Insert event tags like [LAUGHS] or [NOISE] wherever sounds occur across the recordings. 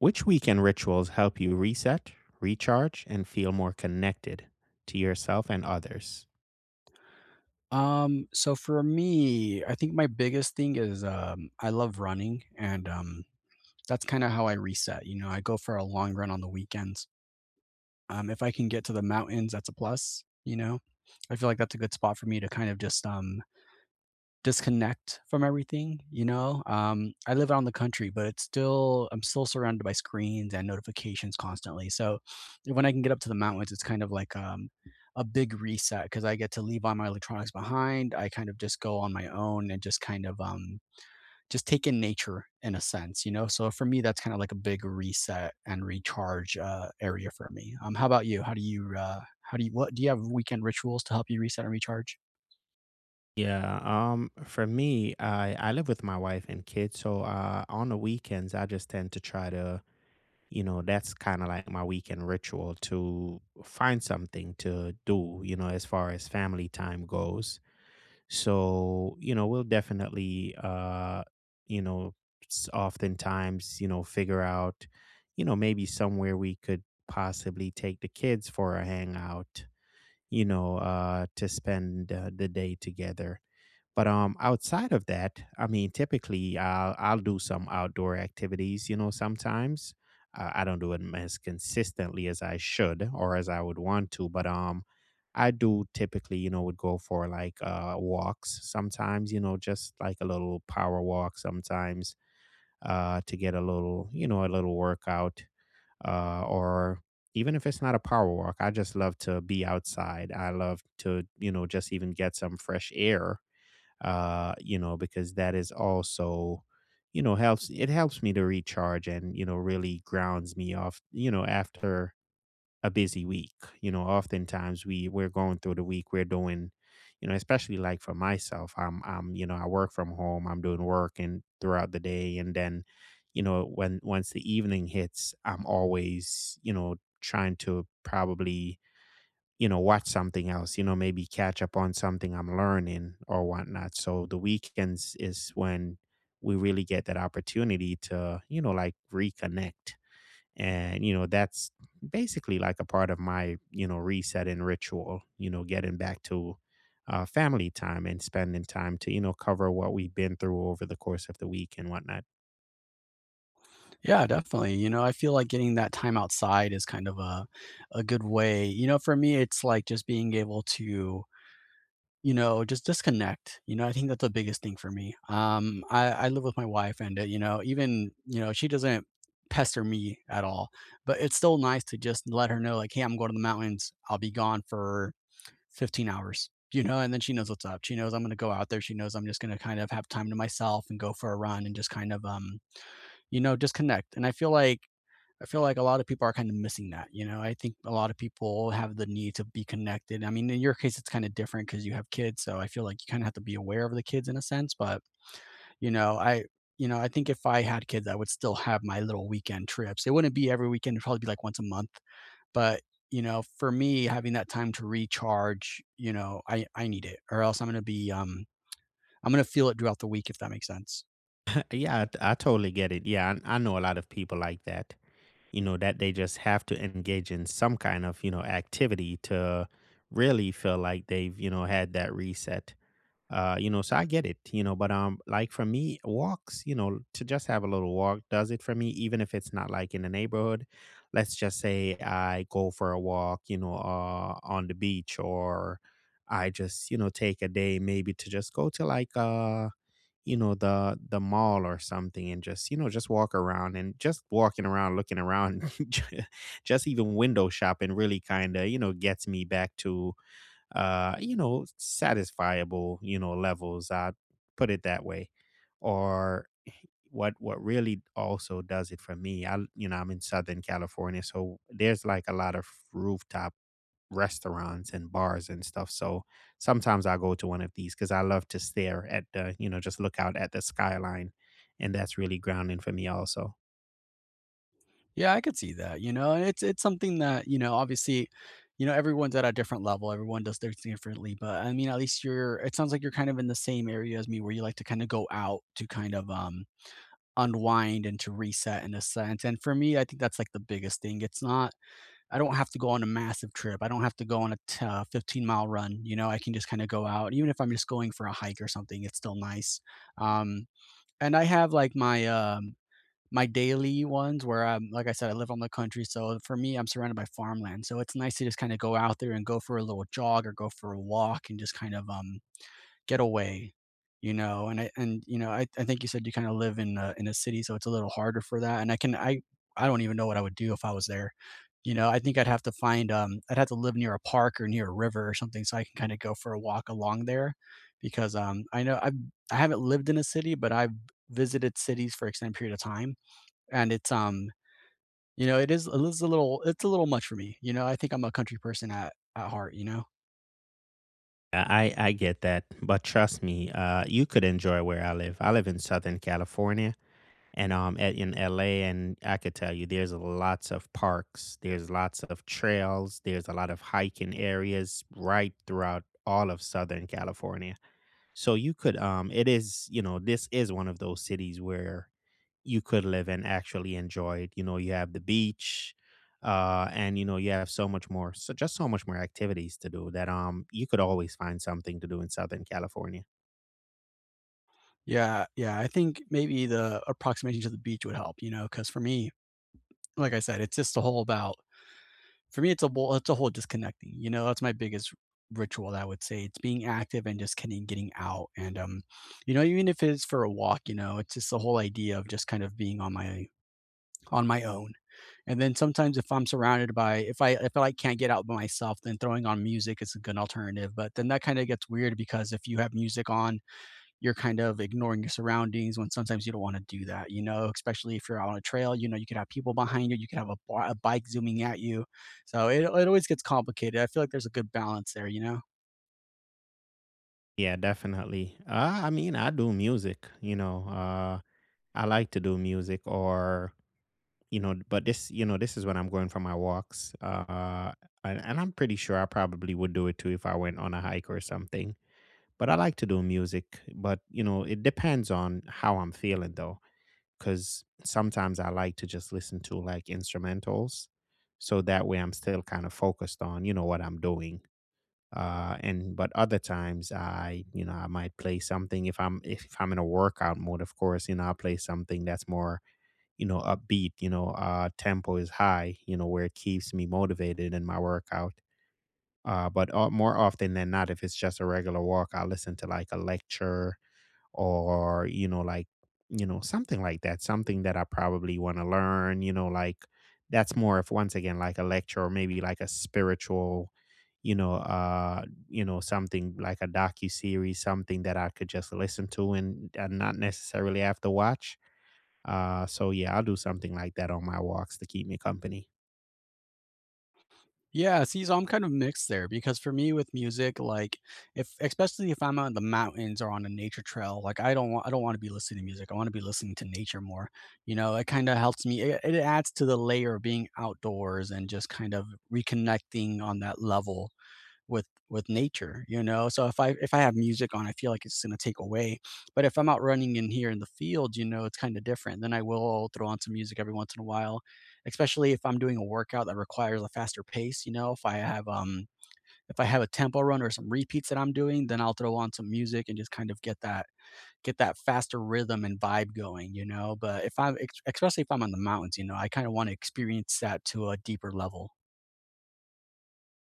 Which weekend rituals help you reset, recharge, and feel more connected to yourself and others? So for me, I think my biggest thing is, I love running and, that's kinda how I reset, you know, I go for a long run on the weekends. If I can get to the mountains, that's a plus, you know? I feel like that's a good spot for me to kind of just, disconnect from everything, you know? I live out in the country, but it's still I'm still surrounded by screens and notifications constantly, so when I can get up to the mountains, it's kind of like, a big reset because I get to leave all my electronics behind, I kind of just go on my own and just kind of, just take in nature in a sense, you know? So for me, that's kinda like a big reset and recharge, area for me. How about you? How do you, what do you have weekend rituals to help you reset and recharge? Yeah, for me, I live with my wife and kids, so on the weekends, I just tend to try to, that's kind of like my weekend ritual to find something to do, you know, as far as family time goes. So, you know, we'll definitely, you know, oftentimes, you know, figure out, you know, maybe somewhere we could possibly take the kids for a hangout, you know, to spend the day together. But outside of that, I mean, typically I'll do some outdoor activities. You know, sometimes I don't do it as consistently as I should or as I would want to. But I do typically, you know, would go for like walks sometimes. You know, just like a little power walk sometimes to get a little, you know, a little workout or even if it's not a power walk, I just love to be outside. I love to, you know, just even get some fresh air, you know, because that is also, you know, helps me to recharge and, you know, really grounds me off, you know, after a busy week. You know, oftentimes we're going through the week, we're doing, you know, especially like for myself, you know, I work from home, I'm doing work and throughout the day and then, you know, when once the evening hits, I'm always, you know, trying to probably, you know, watch something else, you know, maybe catch up on something I'm learning or whatnot. So the weekends is when we really get that opportunity to, you know, like reconnect. And, you know, that's basically like a part of my, you know, reset and ritual, you know, getting back to family time and spending time to, you know, cover what we've been through over the course of the week and whatnot. Yeah, definitely. You know, I feel like getting that time outside is kind of a good way. You know, for me, it's like just being able to, you know, just disconnect. You know, I think that's the biggest thing for me. I live with my wife, and you know, even you know, she doesn't pester me at all. But it's still nice to just let her know, like, hey, I'm going to the mountains. I'll be gone for 15 hours. You know, and then she knows what's up. She knows I'm going to go out there. She knows I'm just going to kind of have time to myself and go for a run and just kind of you know, disconnect. And I feel like a lot of people are kind of missing that, you know? I think a lot of people have the need to be connected. I mean, in your case, it's kind of different because you have kids, so I feel like you kind of have to be aware of the kids in a sense. But you know, I you know, I think if I had kids, I would still have my little weekend trips. It wouldn't be every weekend; it'd probably be like once a month. But you know, for me, having that time to recharge, you know, I need it, or else I'm gonna be I'm going to feel it throughout the week, if that makes sense. [LAUGHS] Yeah, I totally get it. Yeah, I know a lot of people like that, you know, that they just have to engage in some kind of, you know, activity to really feel like they've, you know, had that reset. You know, so I get it, you know, but like for me, walks, you know, to just have a little walk does it for me, even if it's not like in the neighborhood. Let's just say I go for a walk, you know, on the beach, or I just, you know, take a day maybe to just go to like you know, the mall or something and just, you know, just walk around and just walking around looking around, [LAUGHS] just even window shopping really kind of, you know, gets me back to you know, satisfiable, you know, levels. I put it that way. Or what really also does it for me, I, you know, I'm in Southern California, so there's like a lot of rooftop restaurants and bars and stuff. So sometimes I go to one of these because I love to stare at the, you know, just look out at the skyline. And that's really grounding for me also. Yeah, I could see that, you know, and it's something that, you know, obviously, you know, everyone's at a different level. Everyone does things differently, but I mean, at least you're it sounds like you're kind of in the same area as me where you like to kind of go out to kind of unwind and to reset in a sense. And for me, I think that's like the biggest thing. It's not, I don't have to go on a massive trip. I don't have to go on a 15-mile run. You know, I can just kind of go out. Even if I'm just going for a hike or something, it's still nice. Um, and I have like my, my daily ones where I'm, like I said, I live on the country. So for me, I'm surrounded by farmland. So it's nice to just kind of go out there and go for a little jog or go for a walk and just kind of, get away, you know? And you know, I think you said you kinda live in a city, so it's a little harder for that, and I can I don't even know what I would do if I was there, you know? I think I'd have to find, I'd have to live near a park or near a river or something so I can kinda go for a walk along there because, I know I've I have not lived in a city, but I've visited cities for extended period of time, and it's, you know, it is a little it's a little much for me, you know? I think I'm a country person at heart, you know? Yeah, I get that, but trust me, you could enjoy where I live. I live in Southern California, and in LA, and I could tell you, there's lots of parks, there's lots of trails, there's a lot of hiking areas right throughout all of Southern California. So you could, it is, you know, this is one of those cities where you could live and actually enjoy it. You know, you have the beach, and you know, you have so much more, so just so much more activities to do that you could always find something to do in Southern California. Yeah, yeah, I think maybe the approximation to the beach would help, you know. Because for me, like I said, it's just a whole about for me, it's a whole disconnecting, you know, that's my biggest ritual, I would say. It's being active and just kinda getting out and, you know, even if it's for a walk, you know, it's just the whole idea of just kind of being on my own. And then sometimes if I'm surrounded by if I like can't get out by myself, then throwing on music is a good alternative, but then that kinda gets weird because if you have music on you're kind of ignoring your surroundings when sometimes you don't want to do that, you know, especially if you're out on a trail, you know, you could have people behind you, you could have a bike zooming at you. So it always gets complicated. I feel like there's a good balance there, you know? Yeah, definitely. I mean, I do music, you know. I like to do music, or, you know, but this, you know, this is when I'm going for my walks. And I'm pretty sure I probably would do it too if I went on a hike or something. But I like to do music, but you know, it depends on how I'm feeling though, because sometimes I like to just listen to like instrumentals. So that way I'm still kind of focused on, you know, what I'm doing. And But other times I, you know, I might play something if I'm in a workout mode, of course, you know, I'll play something that's more, you know, upbeat, you know, tempo is high, you know, where it keeps me motivated in my workout. But More often than not, if it's just a regular walk, I'll listen to like a lecture, or you know, something like that, something that I probably want to learn, you know, like that's more of, once again, like a lecture, or maybe like a spiritual, you know uh you know, something like a docu series, something that I could just listen to and not necessarily have to watch. So yeah, I'll do something like that on my walks to keep me company. Yeah, see, so I'm kind of mixed there because for me with music, like if especially if I'm out in the mountains or on a nature trail, like I don't want to be listening to music. I want to be listening to nature more. You know, it kind of helps me. It adds to the layer of being outdoors and just kind of reconnecting on that level with nature, you know? So if I have music on, I feel like it's gonna take away. But if I'm out running in here in the field, you know, it's kinda different. Then I will throw on some music every once in a while, especially if I'm doing a workout that requires a faster pace, you know? If I have a tempo run or some repeats that I'm doing, then I'll throw on some music and just kind of get that faster rhythm and vibe going, you know? But if I'm ex especially if I'm in the mountains, you know, I kinda wanna experience that to a deeper level.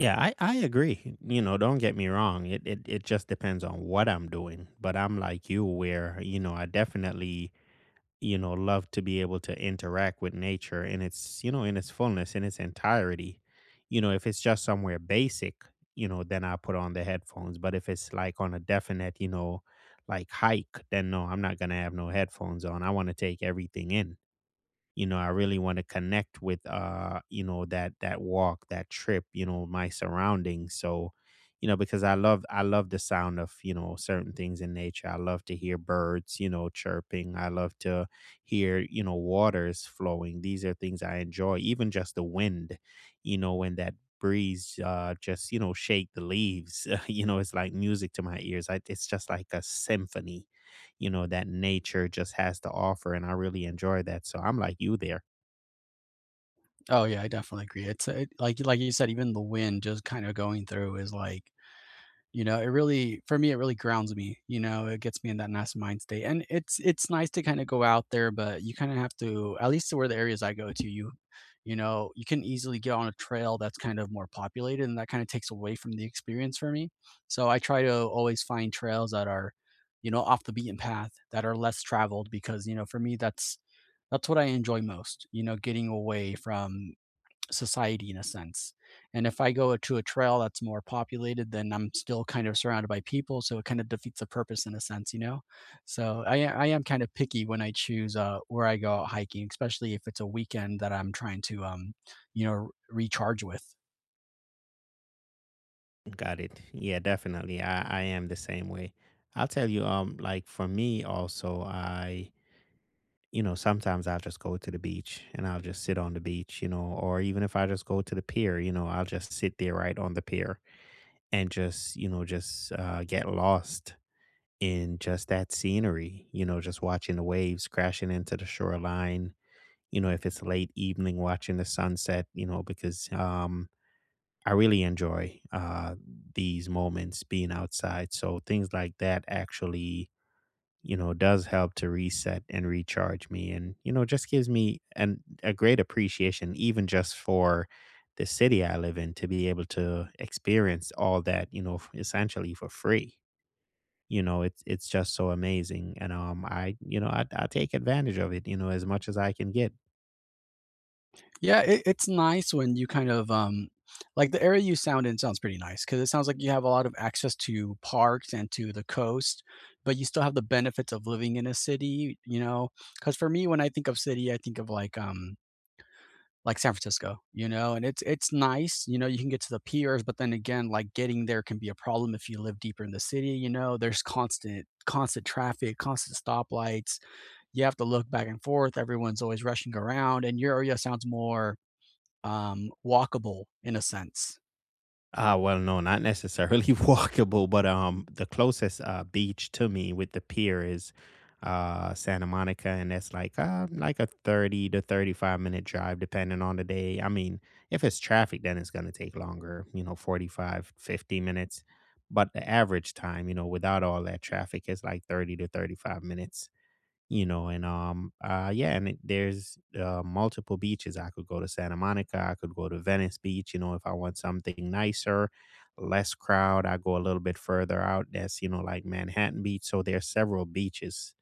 Yeah, I agree, you know, don't get me wrong, it just depends on what I'm doing, but I'm like you where, you know, I definitely, you know, love to be able to interact with nature in its, you know, in its fullness, in its entirety. You know, if it's just somewhere basic, you know, then I put on the headphones. But if it's like on a definite, you know, like hike, then no, I'm not gonna have no headphones on. I want to take everything in. You know, I really want to connect with you know, that walk, that trip, you know, my surroundings. So, you know, because I love, I love the sound of, you know, certain things in nature. I love to hear birds, you know, chirping. I love to hear, you know, waters flowing. These are things I enjoy, even just the wind, you know, when that breeze, just, you know, shake the leaves. [LAUGHS] You know, it's like music to my ears. It's just like a symphony, you know, that nature just has to offer. And I really enjoy that. So I'm like you there. Oh, yeah, I definitely agree. It's it like you said, even the wind just kinda going through is like, you know, it really for me, it really grounds me, you know, it gets me in that nice mind state, and it's nice to kinda go out there, but you kinda have to at least to where the areas I go to, you know, you can easily get on a trail that's kind of more populated, and that kinda takes away from the experience for me. So I try to always find trails that are, you know, off the beaten path, that are less traveled because, you know, for me, that's what I enjoy most, you know, getting away from society in a sense. And if I go to a trail that's more populated, then I'm still kind of surrounded by people, so it kind of defeats the purpose in a sense, you know. So I am kind of picky when I choose where I go out hiking, especially if it's a weekend that I'm trying to you know, recharge with. Got it. Yeah, definitely. I am the same way. I'll tell you, like for me also, you know, sometimes I'll just go to the beach and I'll just sit on the beach, you know, or even if I just go to the pier, you know, I'll just sit there right on the pier and just, you know, just get lost in just that scenery, you know, just watching the waves crashing into the shoreline, you know, if it's late evening watching the sunset, you know, because I really enjoy these moments being outside. So things like that actually, you know, does help to reset and recharge me and, you know, just gives me a great appreciation, even just for the city I live in, to be able to experience all that, you know, essentially for free. You know, it's just so amazing, and I, you know, I take advantage of it, you know, as much as I can get. Yeah, it's nice when you kind of like the area you sound in sounds pretty nice because it sounds like you have a lot of access to parks and to the coast, but you still have the benefits of living in a city, you know. Because for me, when I think of city, I think of like San Francisco, you know, and it's nice, you know, you can get to the piers, but then again, like getting there can be a problem if you live deeper in the city, you know. There's constant traffic, constant stoplights. You have to look back and forth. Everyone's always rushing around, and your area sounds more walkable in a sense. Well, no, not necessarily [LAUGHS] walkable, but the closest beach to me with the pier is Santa Monica, and that's like a 30 to 35 minute drive, depending on the day. I mean, if it's traffic, then it's gonna take longer, you know, 45, 50 minutes. But the average time, you know, without all that traffic, is like 30 to 35 minutes, you know. And yeah, and there's multiple beaches I could go to. Santa Monica, I could go to Venice Beach, you know, if I want something nicer, less crowd, I go a little bit further out, that's, you know, like Manhattan Beach. So there's several beaches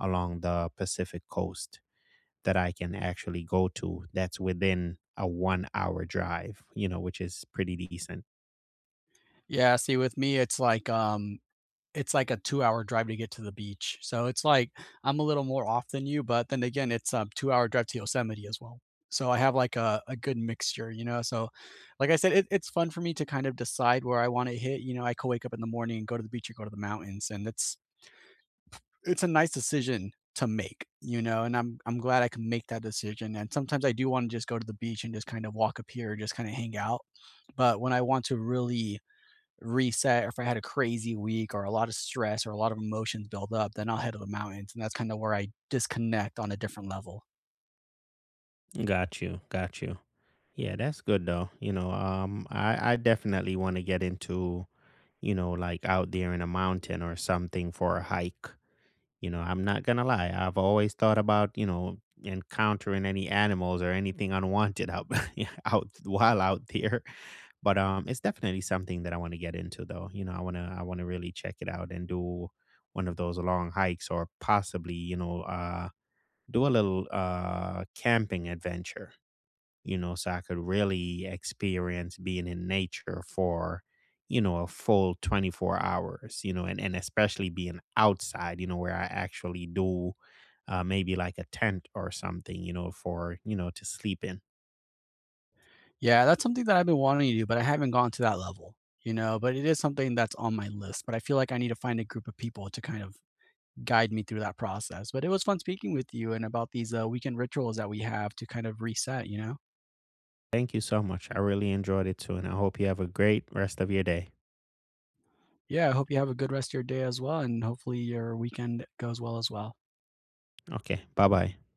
along the Pacific coast that I can actually go to that's within a 1 hour drive, you know, which is pretty decent. Yeah, see, with me, it's like a two-hour drive to get to the beach. So it's like I'm a little more off than you, but then again, it's a two-hour drive to Yosemite as well. So I have like a good mixture, you know. So, like I said, it's fun for me to kind of decide where I want to hit. You know, I could wake up in the morning and go to the beach or go to the mountains, and that's it's a nice decision to make, you know, and I'm glad I can make that decision. And sometimes I do want to just go to the beach and just kind of walk up here, just kind of hang out. But when I want to really reset, or if I had a crazy week or a lot of stress or a lot of emotions build up, then I'll head to the mountains, and that's kind of where I disconnect on a different level. Got you, got you. Yeah, that's good though, you know. I definitely want to get into, you know, like out there in a mountain or something for a hike. You know, I'm not gonna lie. I've always thought about, you know, encountering any animals or anything unwanted out [LAUGHS] out while out there. But it's definitely something that I want to get into though. You know, I wanna really check it out and do one of those long hikes, or possibly, you know, do a little camping adventure, you know, so I could really experience being in nature for, you know, a full 24 hours, you know, and especially being outside, you know, where I actually do maybe like a tent or something, you know, for, you know, to sleep in. Yeah, that's something that I've been wanting to do, but I haven't gone to that level, you know. But it is something that's on my list. But I feel like I need to find a group of people to kind of guide me through that process. But it was fun speaking with you and about these weekend rituals that we have to kind of reset, you know? Thank you so much. I really enjoyed it too. And I hope you have a great rest of your day. Yeah, I hope you have a good rest of your day as well. And hopefully your weekend goes well as well. Okay. Bye bye.